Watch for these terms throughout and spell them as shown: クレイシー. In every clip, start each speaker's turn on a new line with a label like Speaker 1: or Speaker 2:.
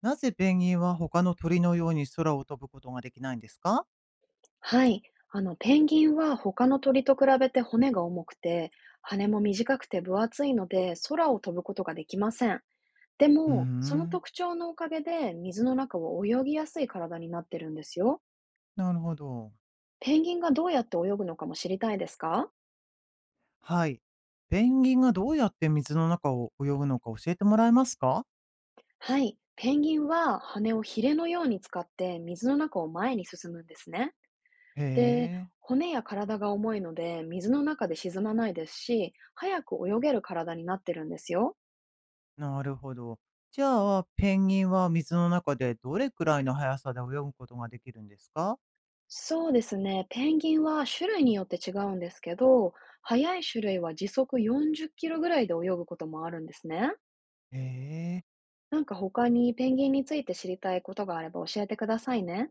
Speaker 1: なぜペンギンは他の鳥のように空を飛ぶことができないんですか？
Speaker 2: はい。ペンギンは他の鳥と比べて骨が重くて、羽も短くて分厚いので、空を飛ぶことができません。で
Speaker 1: うー
Speaker 2: も、その
Speaker 1: ん。
Speaker 2: 特徴のおかげで、水の中を泳ぎやすい体になってるんですよ。
Speaker 1: なるほど。
Speaker 2: ペンギンがどうやって泳ぐのかも知りたいですか？
Speaker 1: はい。ペンギンがどうやって水の中を泳ぐのか教えてもらえますか？
Speaker 2: はい。ペンギンは羽をヒレのように使って水の中を前に進むんですね。
Speaker 1: へ
Speaker 2: で、
Speaker 1: え。
Speaker 2: 骨や体が重いので水の中で沈まないですし、早く泳げる体になってるんですよ。
Speaker 1: なるほど。じゃあ、ペンギンは水の中でどれくらいの速さで泳ぐことができるんですか？
Speaker 2: そうですね。ペンギンは種類によって違うんですけど、速い種類は時速40キロぐらいで泳ぐこともあるんですね。
Speaker 1: へえ。
Speaker 2: なんか他にペンギンについて知りたいことがあれば教えてくださいね。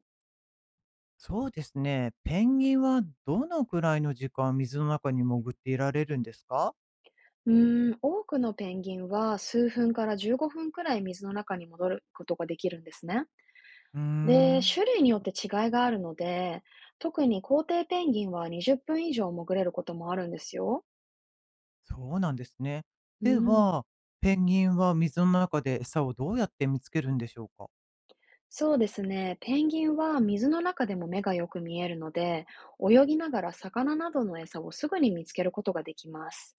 Speaker 1: そうですね。ペンギンはどのくらいの時間水の中に潜っていられるんですか？
Speaker 2: うーん、多くのペンギンは数分から15分くらい水の中に戻ることができるんですね。
Speaker 1: うー
Speaker 2: で、
Speaker 1: ん。
Speaker 2: 種類によって違いがあるので、特に皇帝ペンギンは20分以上潜れることもあるんですよ。
Speaker 1: そうなんですね。
Speaker 2: う
Speaker 1: で
Speaker 2: ん。
Speaker 1: は、ペンギンは水の中で餌をどうやって見つけるんでしょうか？
Speaker 2: そうですね。ペンギンは水の中でも目がよく見えるので、泳ぎながら魚などの餌をすぐに見つけることができます。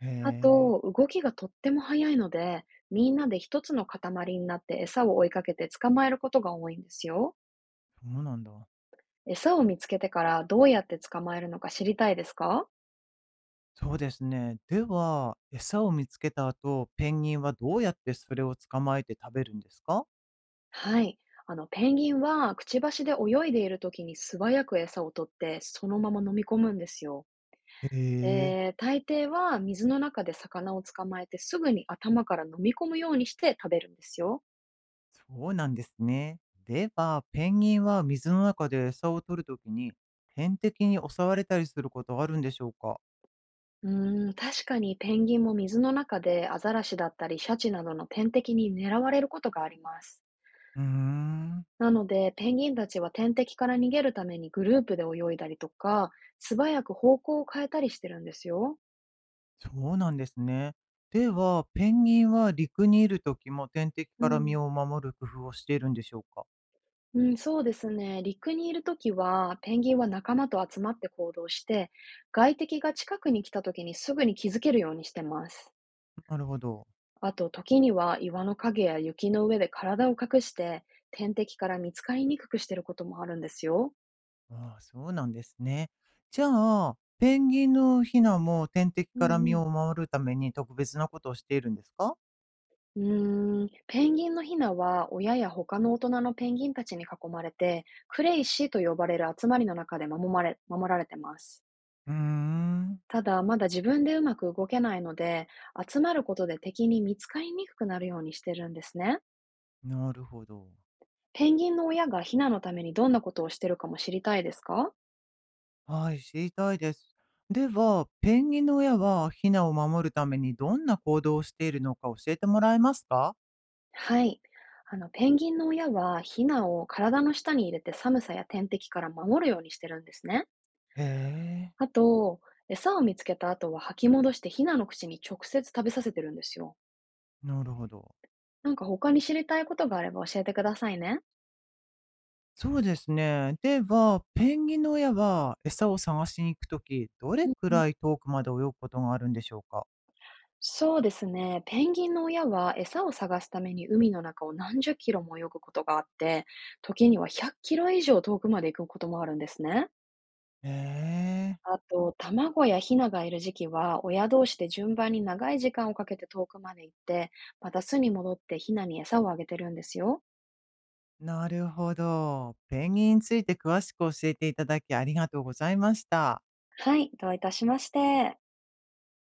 Speaker 1: へ
Speaker 2: あ
Speaker 1: え、
Speaker 2: と、動きがとっても速いので、みんなで一つの塊になって餌を追いかけて捕まえることが多いんですよ。
Speaker 1: そうなんだ。
Speaker 2: 餌を見つけてからどうやって捕まえるのか知りたいですか？
Speaker 1: そうですね。では、餌を見つけた後、ペンギンはどうやってそれを捕まえて食べるんですか？
Speaker 2: はい。ペンギンはくちばしで泳いでいるときに素早く餌を取って、そのまま飲み込むんですよ。
Speaker 1: へえ、
Speaker 2: ええ、大抵は水の中で魚を捕まえてすぐに頭から飲み込むようにして食べるんですよ。
Speaker 1: そうなんですね。では、ペンギンは水の中で餌を取るときに、天敵に襲われたりすることはあるんでしょうか？
Speaker 2: うーん、確かにペンギンも水の中でアザラシだったりシャチなどの天敵に狙われることがあります。
Speaker 1: うーん。
Speaker 2: なので、ペンギンたちは天敵から逃げるためにグループで泳いだりとか、素早く方向を変えたりしてるんですよ。
Speaker 1: そうなんですね。では、ペンギンは陸にいるときも天敵
Speaker 2: う
Speaker 1: から
Speaker 2: ん。
Speaker 1: 身を守る工夫をしているんでしょうか？
Speaker 2: うん、そうですね。陸にいるときは、ペンギンは仲間と集まって行動して、外敵が近くに来たときにすぐに気づけるようにしてます。
Speaker 1: なるほど。
Speaker 2: あと、時には岩の影や雪の上で体を隠して、天敵から見つかりにくくしていることもあるんですよ。
Speaker 1: ああ、そうなんですね。じゃあ、ペンギンのヒナも天敵
Speaker 2: う
Speaker 1: か
Speaker 2: ん
Speaker 1: ら
Speaker 2: う
Speaker 1: 身
Speaker 2: ん。
Speaker 1: を守るために特別なことをしているんですか？
Speaker 2: うーん、ペンギンのヒナは親や他の大人のペンギンたちに囲まれて、クレイシーと呼ばれる集まりの中で守られてます。
Speaker 1: うーん、
Speaker 2: ただ、まだ自分でうまく動けないので、集まることで敵に見つかりにくくなるようにしてるんですね。
Speaker 1: なるほど。
Speaker 2: ペンギンの親がヒナのためにどんなことをしてるかも知りたいですか？
Speaker 1: はい、知りたいです。では、ペンギンの親はヒナを守るためにどんな行動をしているのか教えてもらえますか？
Speaker 2: はい。ペンギンの親はヒナを体の下に入れて寒さや天敵から守るようにしてるんですね。
Speaker 1: へえ、
Speaker 2: あと、餌を見つけた後は吐き戻してヒナの口に直接食べさせてるんですよ。
Speaker 1: なるほど。
Speaker 2: なんか他に知りたいことがあれば教えてくださいね。
Speaker 1: そうですね。では、ペンギンの親は餌を探しに行くとき、ど
Speaker 2: う
Speaker 1: れ
Speaker 2: ん
Speaker 1: く
Speaker 2: うん、
Speaker 1: らい遠くまで泳ぐことがあるんでしょうか？
Speaker 2: そうですね。ペンギンの親は餌を探すために海の中を何十キロも泳ぐことがあって、時には100キロ以上遠くまで行くこともあるんですね。
Speaker 1: ええ、
Speaker 2: あと、卵やヒナがいる時期は、親同士で順番に長い時間をかけて遠くまで行って、また巣に戻ってヒナに餌をあげてるんですよ。
Speaker 1: なるほど。ペンギンについて詳しく教えていただきありがとうございました。
Speaker 2: はい、どういたしまして。